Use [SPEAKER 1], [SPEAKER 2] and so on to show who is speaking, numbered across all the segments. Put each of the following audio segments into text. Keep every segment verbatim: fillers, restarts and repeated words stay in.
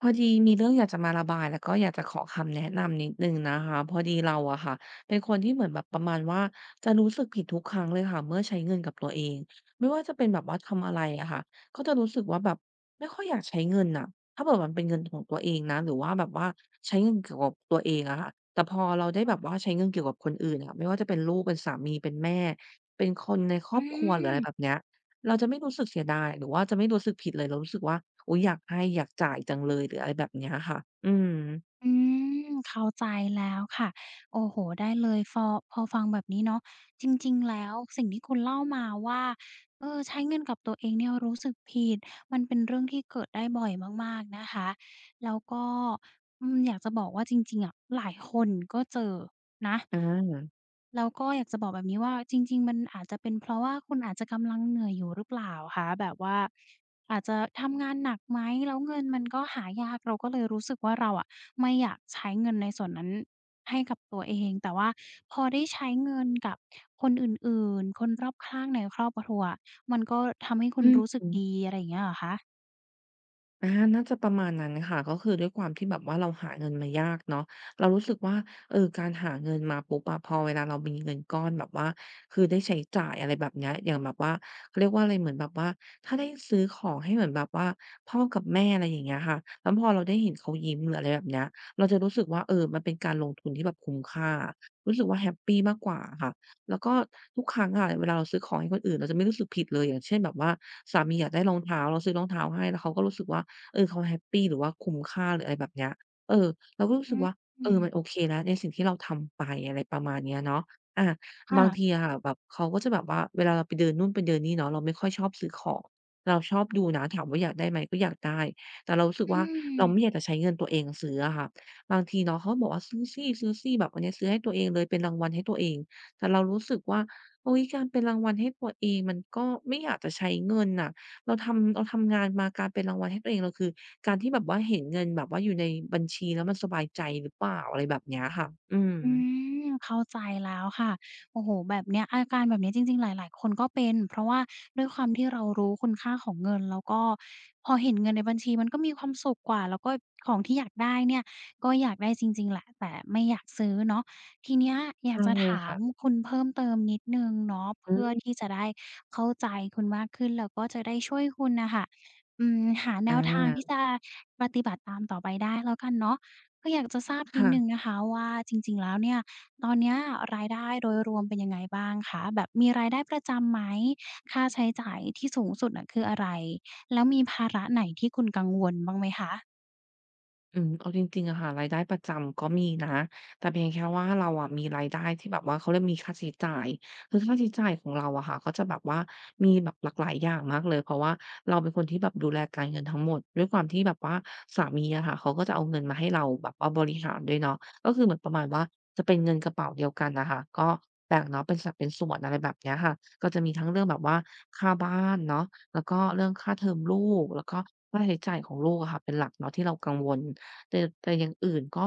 [SPEAKER 1] พอดีมีเรื่องอยากจะมาระบายแล้วก็อยากจะขอคำแนะนำนิดนึงนะคะพอดีเราอะค่ะเป็นคนที่เหมือนแบบประมาณว่าจะรู้สึกผิดทุกครั้งเลยค่ะเมื่อใช้เงินกับตัวเองไม่ว่าจะเป็นแบบว่าทำอะไรอะค่ะก็จะรู้สึกว่าแบบไม่ค่อยอยากใช้เงินอะถ้าเกิดมันเป็นเงินของตัวเองนะหรือว่าแบบว่าใช้เงินเกี่ยวกับตัวเองอะค่ะแต่พอเราได้
[SPEAKER 2] อื
[SPEAKER 1] แบบ
[SPEAKER 2] ม
[SPEAKER 1] ว่าใช้เงินเกี่ยวกับคนอื่นอะไม่ว่าจะเป็นลูกเป็นสามีเป็นแม่เป็นคนในครอบครัวหรืออะไรแบบเนี้ย เราจะไม่รู้สึกเสียดายหรือว่าจะไม่รู้สึกผิดเลยเรารู้สึกว่าอุ๊ยอยากให้อยากจ่ายจังเลยหรืออะไรแบบเนี้ยค่ะอืม
[SPEAKER 2] อืมเข้าใจแล้วค่ะโอ้โฮได้เลยฟอพอฟังแบบนี้เนาะจริงๆแล้วสิ่งที่คุณเล่ามาว่าเออใช้เงินกับตัวเองเนี่ยรู้สึกผิดมันเป็นเรื่องที่เกิดได้บ่อยมากๆนะคะแล้วก็อืมอยากจะบอกว่าจริงๆอะหลายคนก็เจอนะ
[SPEAKER 1] อา
[SPEAKER 2] แล้วก็อยากจะบอกแบบนี้ว่าจริงๆมันอาจจะเป็นเพราะว่าคุณอาจจะกำลังเหนื่อยอยู่หรือเปล่าคะแบบว่า อาจจะทำงานหนักไหมแล้วเงินมันก็หายากเราก็เลยรู้สึกว่าเราอะไม่อยากใช้เงินในส่วนนั้นให้กับตัวเองแต่ว่าพอได้ใช้เงินกับคนอื่นๆคนรอบข้างในครอบครัวมันก็ทำให้คุณ
[SPEAKER 1] อื
[SPEAKER 2] รู้สึก
[SPEAKER 1] ม
[SPEAKER 2] ดีอะไรอย่างเงี้ยเหรอคะ
[SPEAKER 1] อาน่าจะประมาณนั้นค่ะก็คือด้วยความที่แบบว่าเราหาเงินมายากเนาะเรารู้สึกว่าเออการหาเงินมาปุ๊บอะพอเวลาเรามีเงินก้อนแบบว่าคือได้ใช้จ่ายอะไรแบบเนี้ยอย่างแบบว่าเขาเรียกว่าอะไรเหมือนแบบว่าถ้าได้ซื้อของให้เหมือนแบบว่าพ่อกับแม่อะไรอย่างเงี้ยค่ะแล้วพอเราได้เห็นเขายิ้มหรืออะไรแบบเนี้ยเราจะรู้สึกว่าเออมันเป็นการลงทุนที่แบบคุ้มค่ารู้สึกว่าแฮปปีมากกว่าอะค่ะแล้วก็ทุกครั้งอะเวลาเราซื้อของให้คนอื่นเราจะไม่รู้สึกผิดเลยอย่างเช่นแบบว่าสามีอยากได้รองเท้าเราซื้อรองเท้าให้แล้วเขาก็รู้สึกว่า เออเขาแฮปปีหรือว่าคุ้มค่าหรืออะไรแบบเนี้ยเออเราก็รู้
[SPEAKER 2] อ
[SPEAKER 1] สึกว่า
[SPEAKER 2] ื
[SPEAKER 1] เออ
[SPEAKER 2] ม
[SPEAKER 1] มันโอเคแล้วในสิ่งที่เราทำไปอะไรประมาณเนี้ยเนาะอาบางที
[SPEAKER 2] ค่ะ
[SPEAKER 1] อะค่ะแบบเขาก็จะแบบว่าเวลาเราไปเดินนู่นไปเดินนี่เนาะเราไม่ค่อยชอบซื้อของเราชอบดูนะถามว่าอยากได้ไหมก็อยากได้แต่เรารู้สึก
[SPEAKER 2] อื
[SPEAKER 1] ว่าเราไม่อ
[SPEAKER 2] ม
[SPEAKER 1] ยากจะใช้เงินตัวเองซื้ออะค่ะบางทีเนาะเขาบอกว่าซื้อสิซื้อสิแบบอันเนี้ยซื้อให้ตัวเองเลยเป็นรางวัลให้ตัวเองแต่เรารู้สึกว่าเฮ้ยการเป็นรางวัลให้ตัวเองมันก็ไม่อยากจะใช้เงินน่ะ เราทำเราทำงานมาการเป็นรางวัลให้ตัวเองเราคือการที่แบบว่าเห็นเงินแบบว่าอยู่ในบัญชีแล้วมันสบายใจหรือเปล่าอะไรแบบเนี้ยค่ะอืม
[SPEAKER 2] อืมเข้าใจแล้วค่ะโอ้โฮแบบเนี้ยอาการแบบนี้จริงๆหลายๆคนก็เป็นเพราะว่าด้วยความที่เรารู้คุณค่าของเงินแล้วก็พอเห็นเงินในบัญชีมันก็มีความสุขกว่าแล้วก็ของที่อยากได้เนี่ยก็อยากได้จริงๆแหละแต่ไม่อยากซื้อเนาะทีเนี้ยอยาก
[SPEAKER 1] ใช่
[SPEAKER 2] จะถาม
[SPEAKER 1] ค่ะ
[SPEAKER 2] คุณเพิ่มเติมนิดหนึ่งเนาะ
[SPEAKER 1] อื
[SPEAKER 2] เพื่อ
[SPEAKER 1] ม
[SPEAKER 2] ที่จะได้เข้าใจคุณมากขึ้นแล้วก็จะได้ช่วยคุณน่ะค่ะอืมหาแน
[SPEAKER 1] อ
[SPEAKER 2] วทางที่
[SPEAKER 1] า
[SPEAKER 2] จะปฏิบัติตามต่อไปได้แล้วกันเนาะ ก็อยากจะทราบนิดหนึ่ง
[SPEAKER 1] ค่ะ
[SPEAKER 2] นะคะว่าจริงๆแล้วเนี่ยตอนเนี้ยรายได้โดยรวมเป็นยังไงบ้างคะแบบมีรายได้ประจำไหมค่าใช้จ่ายที่สูงสุดอะคืออะไรแล้วมีภาระไหนที่คุณกังวลบ้างไหมคะ
[SPEAKER 1] อืมเอาจริงๆอะค่ะรายได้ประจำก็มีนะแต่เพียงแค่ว่าเราอะมีรายได้ที่แบบว่าเขาเรียกมีค่าใช้จ่ายคือค่าใช้จ่ายของเราอะค่ะก็จะแบบว่ามีแบบหลากหลายอย่างมากเลยเพราะว่าเราเป็นคนที่แบบดูแลการเงินทั้งหมดด้วยความที่แบบว่าสามีอะค่ะเขาก็จะเอาเงินมาให้เราแบบว่าบริหารด้วยเนาะก็คือเหมือนประมาณว่าจะเป็นเงินกระเป๋าเดียวกันน่ะค่ะก็แบ่งเนาะเป็นสัดเป็นส่วนอะไรแบบเนี้ยค่ะก็จะมีทั้งเรื่องแบบว่าค่าบ้านเนาะแล้วก็เรื่องค่าเทอมลูกแล้วก็ค่าใช้จ่ายของลูกอะค่ะเป็นหลักเนาะที่เรากังวล แต่แต่อย่างอื่นก็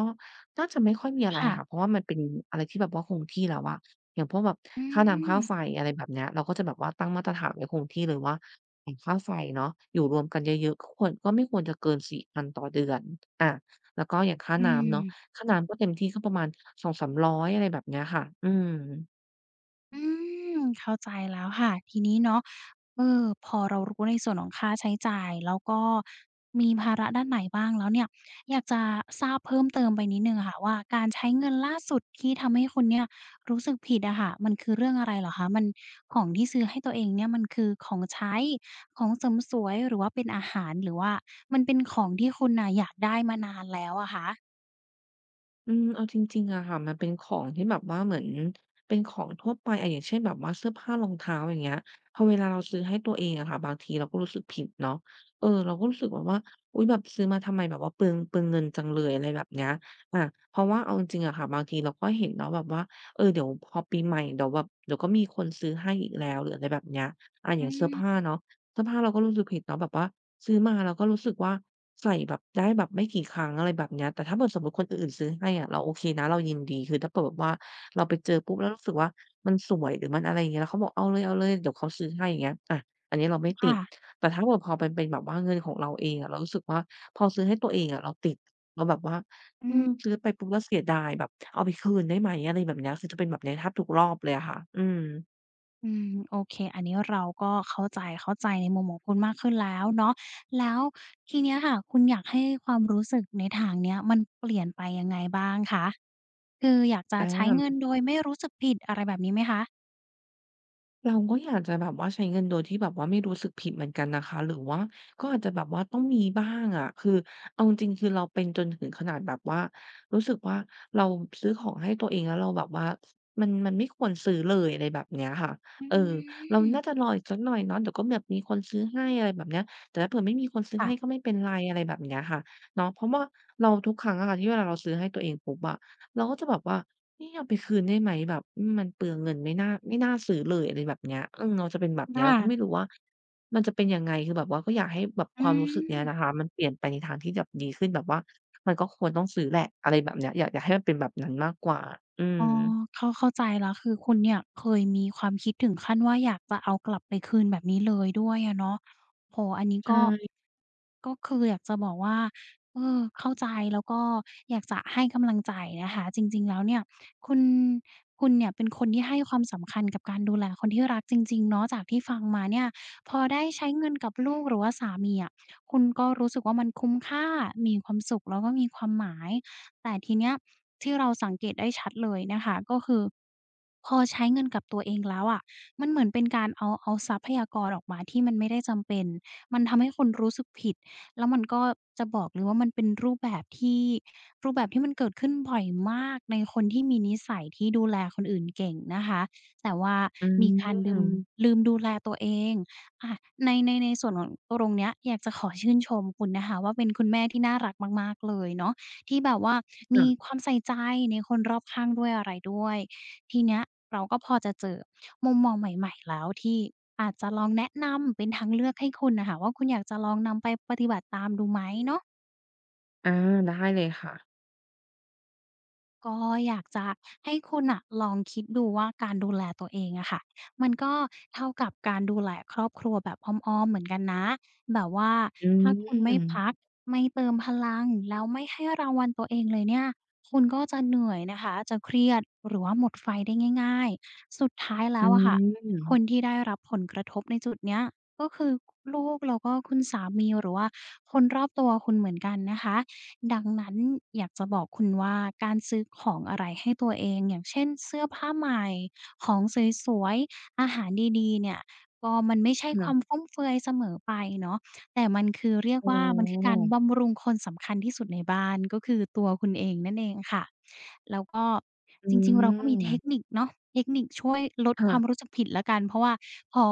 [SPEAKER 1] น่าจะไม่ค่อยมีอะไรค่ะเพ
[SPEAKER 2] ค่ะ
[SPEAKER 1] ราะว่ามันเป็นอะไรที่แบบว่าคงที่แล้วอะอย่างพวกแบบ
[SPEAKER 2] อื
[SPEAKER 1] ค่าน้ำ
[SPEAKER 2] ม
[SPEAKER 1] ค่าไฟอะไรแบบเนี้ยเราก็จะแบบว่าตั้งมาตรฐานไว้คงที่เลยว่าอย่างค่าไฟเนาะอยู่รวมกันเยอะๆก็ควรก็ไม่ควรจะเกินสี่พันต่อเดือนอาแล้วก็อย่างค่า
[SPEAKER 2] อื
[SPEAKER 1] น้ำเนาะ
[SPEAKER 2] ม
[SPEAKER 1] ค่าน้ำก็เต็มที่ก็ประมาณสองสามร้อยอะไรแบบเนี้ยค่ะอืม
[SPEAKER 2] อืมเข้าใจแล้วค่ะทีนี้เนาะ เออพอเรารู้ในส่วนของค่าใช้จ่ายแล้วก็มีภาระด้านไหนบ้างแล้วเนี่ยอยากจะทราบเพิ่มเติมไปนิดหนึ่งอะค่ะว่าการใช้เงินล่าสุดที่ทำให้คุณเนี่ยรู้สึกผิดอะค่ะมันคือเรื่องอะไรเหรอคะมันของที่ซื้อให้ตัวเองเนี่ยมันคือของใช้ของเสริมสวยหรือว่าเป็นอาหารหรือว่ามันเป็นของที่คุณน่ะอยากได้มานานแล้วอะคะ
[SPEAKER 1] อืมเอาจริงๆอะค่ะมันเป็นของที่แบบว่าเหมือนเป็นของทั่วไปอะอย่างเช่นแบบว่าเสื้อผ้ารองเท้าอย่างเงี้ยพอเวลาเราซื้อให้ตัวเองอะค่ะบางทีเราก็รู้สึกผิดเนาะเออเราก็รู้สึกแบบว่าอุ๊ยแบบซื้อมาทำไมแบบว่าเปลืองเปลืองเงินจังเลยอะไรแบบเนี้ยอาเพราะว่าเอาจริงๆอะค่ะบางทีเราก็เห็นเนาะแบบว่าเออเดี๋ยวพอปีใหม่เดี๋ยวแบบเดี๋ยวก็มีคนซื้อให้อีกแล้วหรืออะไรแบบเนี้ยอา
[SPEAKER 2] อ
[SPEAKER 1] อย่างเสื้อผ้า
[SPEAKER 2] ืม
[SPEAKER 1] เนาะเสื้อผ้าเราก็รู้สึกผิดเนาะแบบว่าซื้อมาเราก็รู้สึกว่า ใส่แบบได้แบบไม่กี่ครั้งอะไรแบบเนี้ยแต่ถ้าเกิดสมมุติคนอื่นๆซื้อให้อะเราโอเคนะเรายินดีคือถ้าเกิดแบบว่าเราไปเจอปุ๊บแล้วรู้สึกว่ามันสวยหรือมันอะไรอย่างเงี้ยแล้วเขาบอกเอาเลยๆเดี๋ยวเขาซื้อให้อย่างเงี้ยอะอันนี้เราไม่ติ
[SPEAKER 2] ค่ะ
[SPEAKER 1] ดแต่ถ้าเกิดพอมันเป็นแบบว่าเงินของเราเองอะเรารู้สึกว่าพอซื้อให้ตัวเองอะเราติดเราแบบว่า
[SPEAKER 2] อื
[SPEAKER 1] อืม
[SPEAKER 2] ม
[SPEAKER 1] ซื้อไปปุ๊บแล้วเสียดายแบบเอาไปคืนได้ไหมอะไรแบบเนี้ยคือจะเป็นแบบเนี้ยแทบทุกรอบเลยอะค่ะอืม
[SPEAKER 2] อืมโอเคอันนี้เราก็เข้าใจเข้าใจในมุมของคุณมากขึ้นแล้วเนาะแล้วทีเนี้ยค่ะคุณอยากให้ความรู้สึกในทางเนี้ยมันเปลี่ยนไปยังไงบ้างคะคืออยากจะ
[SPEAKER 1] อ
[SPEAKER 2] ใช้เงิน
[SPEAKER 1] า
[SPEAKER 2] โดยไม่รู้สึกผิดอะไรแบบนี้ไหมคะ
[SPEAKER 1] เราก็อยากจะแบบว่าใช้เงินโดยที่แบบว่าไม่รู้สึกผิดเหมือนกันนะคะหรือว่าก็อาจจะแบบว่าต้องมีบ้างอะคือเอาจริงๆคือเราเป็นจนถึงขนาดแบบว่ารู้สึกว่าเราซื้อของให้ตัวเองแล้วเราแบบว่ามันมันไม่ควรซื้อเลยอะไรแบบเนี้ยค่ะ
[SPEAKER 2] อื
[SPEAKER 1] เออเรา
[SPEAKER 2] ม
[SPEAKER 1] น่าจะรออีกสักหน่อยเนาะเดี๋ยวก็แบบมีคนซื้อให้อะไรแบบเนี้ยแต่ถ้าเผื่อไม่มีคนซื้อให้ก็
[SPEAKER 2] ค่ะ
[SPEAKER 1] ไม่เป็นไรอะไรแบบเนี้ยค่ะเนาะเพราะว่าเราทุกครั้งอะค่ะที่เวลาเราซื้อให้ตัวเองปุ๊บอะ เราก็จะแบบว่านี่เอาไปคืนได้ไหมแบบอืมมันเปลืองเงินไม่น่าไม่น่าซื้อเลยอะไรแบบเนี้ยอืมเราจะเป็นแบบเนี้ย
[SPEAKER 2] ค่ะ
[SPEAKER 1] เราก็ไม่รู้ว่ามันจะเป็นยังไงคือแบบว่าก็อยากให้แบบ
[SPEAKER 2] อื
[SPEAKER 1] ความรู้สึกเนี้ยนะ
[SPEAKER 2] ม
[SPEAKER 1] คะมันเปลี่ยนไปในทางที่แบบดีขึ้นแบบว่ามันก็ควรต้องซื้อแหละอะไรแบบเนี้ยอยากอยากให้มันเป็นแบบนั้นมากกว่าอืม
[SPEAKER 2] อ๋อเข้าเข้าใจแล้วคือคุณเนี่ยเคยมีความคิดถึงขั้นว่าอยากจะเอากลับไปคืนแบบนี้เลยด้วยอะเนาะโอ้โฮอันนี้
[SPEAKER 1] ใช
[SPEAKER 2] ก็
[SPEAKER 1] ่
[SPEAKER 2] ก็คืออยากจะบอกว่าเออเข้าใจแล้วก็อยากจะให้กำลังใจนะคะจริงๆแล้วเนี่ยคุณคุณเนี่ยเป็นคนที่ให้ความสำคัญกับการดูแลคนที่รักจริงๆเนาะจากที่ฟังมาเนี่ยพอได้ใช้เงินกับลูกหรือว่าสามีอะคุณก็รู้สึกว่ามันคุ้มค่ามีความสุขแล้วก็มีความหมาย แต่ทีเนี้ยที่เราสังเกตได้ชัดเลยนะคะก็คือพอใช้เงินกับตัวเองแล้วอะมันเหมือนเป็นการเอาเอาทรัพยากรออกมาที่มันไม่ได้จำเป็นมันทำให้คนรู้สึกผิดแล้วมันก็จะบอกเลยว่ามันเป็นรูปแบบที่รูปแบบที่มันเกิดขึ้นบ่อยมากในคนที่มีนิสัยที่ดูแลคนอื่นเก่งนะคะแต่ว่า
[SPEAKER 1] อื
[SPEAKER 2] มีการลืม
[SPEAKER 1] ม
[SPEAKER 2] ลืมดูแลตัวเองอาในในในส่วนของตรงเนี้ยอยากจะขอชื่นชมคุณนะคะว่าเป็นคุณแม่ที่น่ารักมากๆเลยเนาะ ที่แบบว่ามีค
[SPEAKER 1] ค่ะ
[SPEAKER 2] วามใส่ใจในคนรอบข้างด้วยอะไรด้วยทีเนี้ยเราก็พอจะเจอมุมมองใหม่ๆแล้วที่อาจจะลองแนะนำเป็นทางเลือกให้คุณน่ะค่ะว่าคุณอยากจะลองนำไปปฏิบัติตามดูไหมเนาะ
[SPEAKER 1] อาได้เลยค่ะ
[SPEAKER 2] ก็อยากจะให้คุณน่ะลองคิดดูว่าการดูแลตัวเองอะค่ะมันก็เท่ากับการดูแลครอบครัวแบบอ้อมๆเหมือนกันนะแบบว่า
[SPEAKER 1] อื
[SPEAKER 2] ถ้าคุณไม่
[SPEAKER 1] ม
[SPEAKER 2] พักไม่เติมพลังแล้วไม่ให้รางวัลตัวเองเลยเนี่ยคุณก็จะเหนื่อยนะคะจะเครียดหรือว่าหมดไฟได้ง่ายๆสุดท้ายแล้
[SPEAKER 1] อื
[SPEAKER 2] วอะค่ะคน
[SPEAKER 1] ม
[SPEAKER 2] ที่ได้รับผลกระทบในจุดเนี้ยก็คือลูกแล้วก็คุณสามีหรือว่าคนรอบตัวคุณเหมือนกันนะคะ ดังนั้นอยากจะบอกคุณว่าการซื้อของอะไรให้ตัวเองอย่างเช่นเสื้อผ้าใหม่ของสวยๆอาหารดีๆเนี่ยก็มันไม่ใช่ความ
[SPEAKER 1] ค่ะ
[SPEAKER 2] ฟุ่มเฟือยเสมอไปเนาะแต่มันคือเรียก
[SPEAKER 1] อ๋
[SPEAKER 2] ว่ามันคือกา
[SPEAKER 1] อ
[SPEAKER 2] รบำรุงคนสำคัญที่สุดในบ้านก็คือตัวคุณเองนั่นเองค่ะแล้วก็
[SPEAKER 1] อื
[SPEAKER 2] จริงๆเราก็มีเทคนิ
[SPEAKER 1] ม
[SPEAKER 2] คเนาะเทคนิคช่วยลดความรู้
[SPEAKER 1] ค่ะ
[SPEAKER 2] สึกผิดแล้วกันเพราะว่า พอ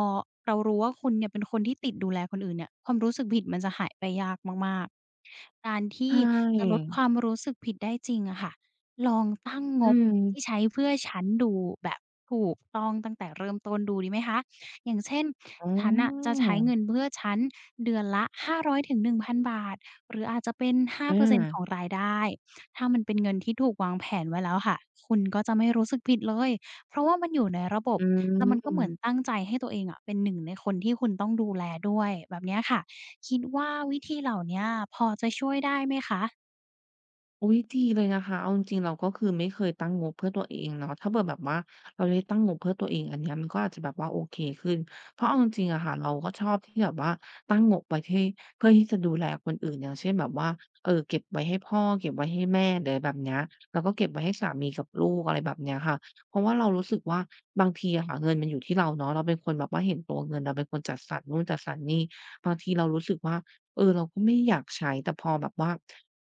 [SPEAKER 2] เรารู้ว่าคุณเนี่ยเป็นคนที่ติดดูแลคนอื่นเนี่ยความรู้สึกผิดมันจะหายไปยากมากๆการ
[SPEAKER 1] ใช
[SPEAKER 2] ที่จะลด
[SPEAKER 1] ่
[SPEAKER 2] ความรู้สึกผิดได้จริงอะค่ะลองตั้งง
[SPEAKER 1] อื
[SPEAKER 2] บที่ใช้
[SPEAKER 1] ม
[SPEAKER 2] เพื่อฉันดูแบบถูกต้องตั้งแต่เริ่มต้นดูดีไหมคะอย่างเช่น
[SPEAKER 1] อ๋อ
[SPEAKER 2] ฉันน่ะจะใช้เงินเพื่อฉันเดือนละห้าร้อยถึงหนึ่งพันบาทบาทหรืออาจจะเป็นห้าเปอร์เซ็นต์ข
[SPEAKER 1] อา
[SPEAKER 2] องรายได้ถ้ามันเป็นเงินที่ถูกวางแผนไว้แล้วค่ะคุณก็จะไม่รู้สึกผิดเลยเพราะว่ามันอยู่ในระบบ
[SPEAKER 1] อืม
[SPEAKER 2] แล้ว
[SPEAKER 1] อืม
[SPEAKER 2] มัน
[SPEAKER 1] อื
[SPEAKER 2] ก็เห
[SPEAKER 1] ม
[SPEAKER 2] มือนตั้งใจให้ตัวเองอะเป็นหนึ่งในคนที่คุณต้องดูแลด้วยแบบเนี้ยค่ะคิดว่าวิธีเหล่าเนี้ยพอจะช่วยได้ไหมคะ
[SPEAKER 1] อุ๊ยดีเลยนะคะเอาจริงๆเราก็คือไม่เคยตั้งงบเพื่อตัวเองเนาะถ้าเผื่อแบบว่าเราได้ตั้งงบเพื่อตัวเองอันเนี้ยมันก็อาจจะแบบว่าโอเคขึ้นเพราะเอาจริงๆอะค่ะเราก็ชอบที่แบบว่าตั้งงบไว้ที่เพื่อที่จะดูแลคนอื่นอย่างเช่นแบบว่าเออเก็บไว้ให้พ่อเก็บไว้ให้แม่หรืออะไรแบบเนี้ยแล้วก็เก็บไว้ให้สามีกับลูกอะไรแบบเนี้ยค่ะเพราะว่าเรารู้สึกว่าบางทีอะค่ะเงินมันอยู่ที่เราเนาะเราเป็นคนแบบว่าเห็นตัวเงินเราเป็นคนจัดสรรนู่นจัดสรรนี่บางทีเรารู้สึกว่าเออเราก็ไม่อยากใช้แต่พอแบบว่า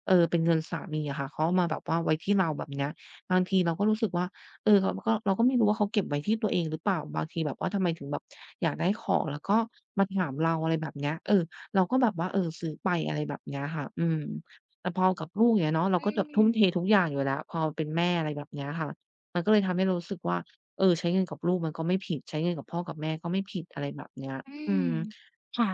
[SPEAKER 1] เออเป็นเงินสามีอะค่ะเขาเอามาแบบว่าไว้ที่เราแบบเนี้ยบางทีเราก็รู้สึกว่าเออเราก็เราก็ไม่รู้ว่าเขาเก็บไว้ที่ตัวเองหรือเปล่าบางทีแบบว่าทำไมถึงแบบอยากได้ของแล้วก็มาถามเราอะไรแบบเนี้ยเออเราก็แบบว่าเออซื้อไปอะไรแบบเนี้ยค่ะอืมแต่พอกับลูกอย่างเงี้ยเนาะเรา
[SPEAKER 2] อื
[SPEAKER 1] ก็แบบทุ่
[SPEAKER 2] ม
[SPEAKER 1] มเททุกอย่างอยู่แล้วพอเป็นแม่อะไรแบบเนี้ยค่ะมันก็เลยทำให้เรารู้สึกว่าเออใช้เงินกับลูกมันก็ไม่ผิดใช้เงินกับพ่อกับแม่ก็ไม่ผิดอะไรแบบเนี้ย
[SPEAKER 2] อื
[SPEAKER 1] อืม
[SPEAKER 2] มค่ะ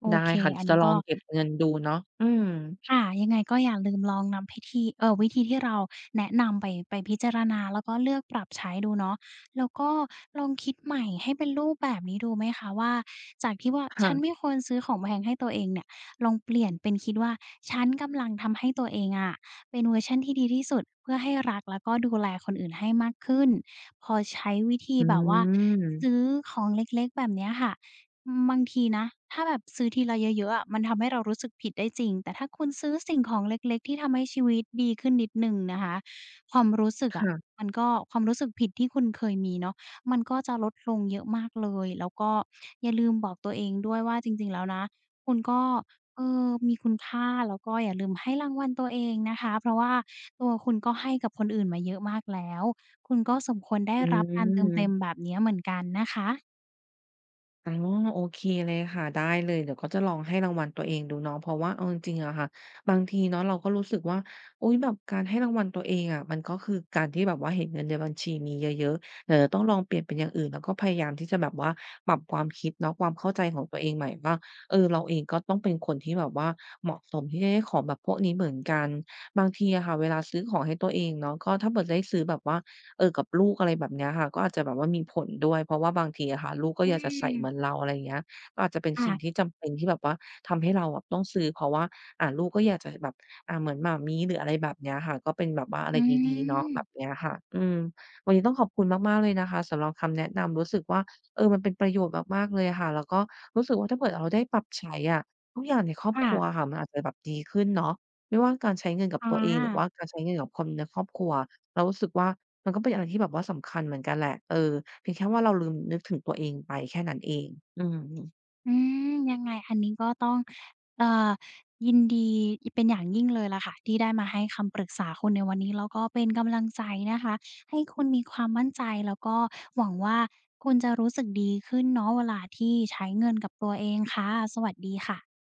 [SPEAKER 2] โอ
[SPEAKER 1] ได้
[SPEAKER 2] เค
[SPEAKER 1] ค่ะเดี๋
[SPEAKER 2] อั
[SPEAKER 1] ย
[SPEAKER 2] น
[SPEAKER 1] วจะ
[SPEAKER 2] นี้
[SPEAKER 1] ลอ
[SPEAKER 2] ก็
[SPEAKER 1] งเก็บเงินดูเนาะอืม
[SPEAKER 2] ค่ะยังไงก็อย่าลืมลองนำพิธีเอ่อวิธีที่เราแนะนำไปไปพิจารณาแล้วก็เลือกปรับใช้ดูเนาะแล้วก็ลองคิดใหม่ให้เป็นรูปแบบนี้ดูไหมคะว่าจากที่ว่าฉันไม่
[SPEAKER 1] ค่ะ
[SPEAKER 2] ควรซื้อของแพงให้ตัวเองเนี่ยลองเปลี่ยนเป็นคิดว่าฉันกำลังทำให้ตัวเองอะเป็นเวอร์ชันที่ดีที่สุดเพื่อให้รักแล้วก็ดูแลคนอื่นให้มากขึ้นพอใช้วิธี
[SPEAKER 1] อื
[SPEAKER 2] แบบว่าซื้อ
[SPEAKER 1] ม
[SPEAKER 2] ของเล็กๆแบบเนี้ยค่ะ อืมบางทีนะถ้าแบบซื้อทีละเยอะๆอะมันทำให้เรารู้สึกผิดได้จริงแต่ถ้าคุณซื้อสิ่งของเล็กๆที่ทำให้ชีวิตดีขึ้นนิดหนึ่งนะคะความรู้สึกอะ
[SPEAKER 1] ค่ะ
[SPEAKER 2] มันก็ความรู้สึกผิดที่คุณเคยมีเนาะมันก็จะลดลงเยอะมากเลยแล้วก็อย่าลืมบอกตัวเองด้วยว่าจริงๆแล้วนะคุณก็เออมีคุณค่าแล้วก็อย่าลืมให้รางวัลตัวเองนะคะเพราะว่าตัวคุณก็ให้กับคนอื่นมาเยอะมากแล้วคุณก็สมควรได้
[SPEAKER 1] อื
[SPEAKER 2] รับการเติมเต็ม
[SPEAKER 1] ม
[SPEAKER 2] แบบเนี้ยเหมือนกันนะคะ
[SPEAKER 1] อ๋อโอเคเลยค่ะได้เลยเดี๋ยวก็จะลองให้รางวัลตัวเองดูเนาะเพราะว่าเอาจริงๆอะค่ะบางทีเนาะเราก็รู้สึกว่าอุ๊ยแบบการให้รางวัลตัวเองอะมันก็คือการที่แบบว่าเห็นเงินในบัญชีมีเยอะๆเดี๋ยวจะต้องลองเปลี่ยนเป็นอย่างอื่นแล้วก็พยายามที่จะแบบว่าปรับความคิดเนาะความเข้าใจของตัวเองใหม่ว่าเออเราเองก็ต้องเป็นคนที่แบบว่าเหมาะสมที่จะได้ของแบบพวกนี้เหมือนกันบางทีอะค่ะเวลาซื้อของให้ตัวเองเนาะก็ถ้าเกิดได้ซื้อแบบว่า เออกับลูกอะไรแบบเนี้ยค่ะก็อาจจะแบบว่ามีผลด้วยเพราะว่าบางทีอะค่ะลูกก็
[SPEAKER 2] อื
[SPEAKER 1] อยากจะใส่
[SPEAKER 2] ม
[SPEAKER 1] เหมือนเราอะไรอย่างเงี้ยก็อาจจะเป็นสิ่งที่
[SPEAKER 2] ค่ะ
[SPEAKER 1] จำเป็นที่แบบว่าทำให้เราอะต้องซื้อเพราะว่าอ่าลูกก็อยากจะแบบอ่าเหมือนหม่ามี้หรืออะไรแบบเนี้ยค่ะก็เป็นแบบว่าอะไร
[SPEAKER 2] อื
[SPEAKER 1] ดีๆเนาะ
[SPEAKER 2] ม
[SPEAKER 1] แบบเนี้ยค่ะอืมวันนี้ต้องขอบคุณมากๆเลยนะคะสำหรับคำแนะนำรู้สึกว่าเออมันเป็นประโยชน์มากๆเลยอะค่ะแล้วก็รู้สึกว่าถ้าเผื่อเราได้ปรับใช้อะทุกอย่างในครอบค
[SPEAKER 2] ค่ะ
[SPEAKER 1] รัวอะค่ะมันอาจจะแบบดีขึ้นเนาะไม่ว่าการใช้เงินกับ
[SPEAKER 2] อา
[SPEAKER 1] ตัวเองหรือว่าการใช้เงินกับคนในครอบครัวเรารู้สึกว่า มันก็เป็นอะไรที่แบบว่าสำคัญเหมือนกันแหละ เออเพียงแค่ว่าเราลืมนึกถึงตัวเองไปแค่นั้นเองอืม
[SPEAKER 2] อืมยังไงอันนี้ก็ต้องเอ่อยินดียเป็นอย่างยิ่งเลยล่ะค่ะที่ได้มาให้คำปรึกษาคุณในวันนี้แล้วก็เป็นกำลังใจนะคะให้คุณมีความมั่นใจแล้วก็หวังว่าคุณจะรู้สึกดีขึ้นเนาะเวลาที่ใช้เงินกับตัวเองค่ะสวัสดีค่ะ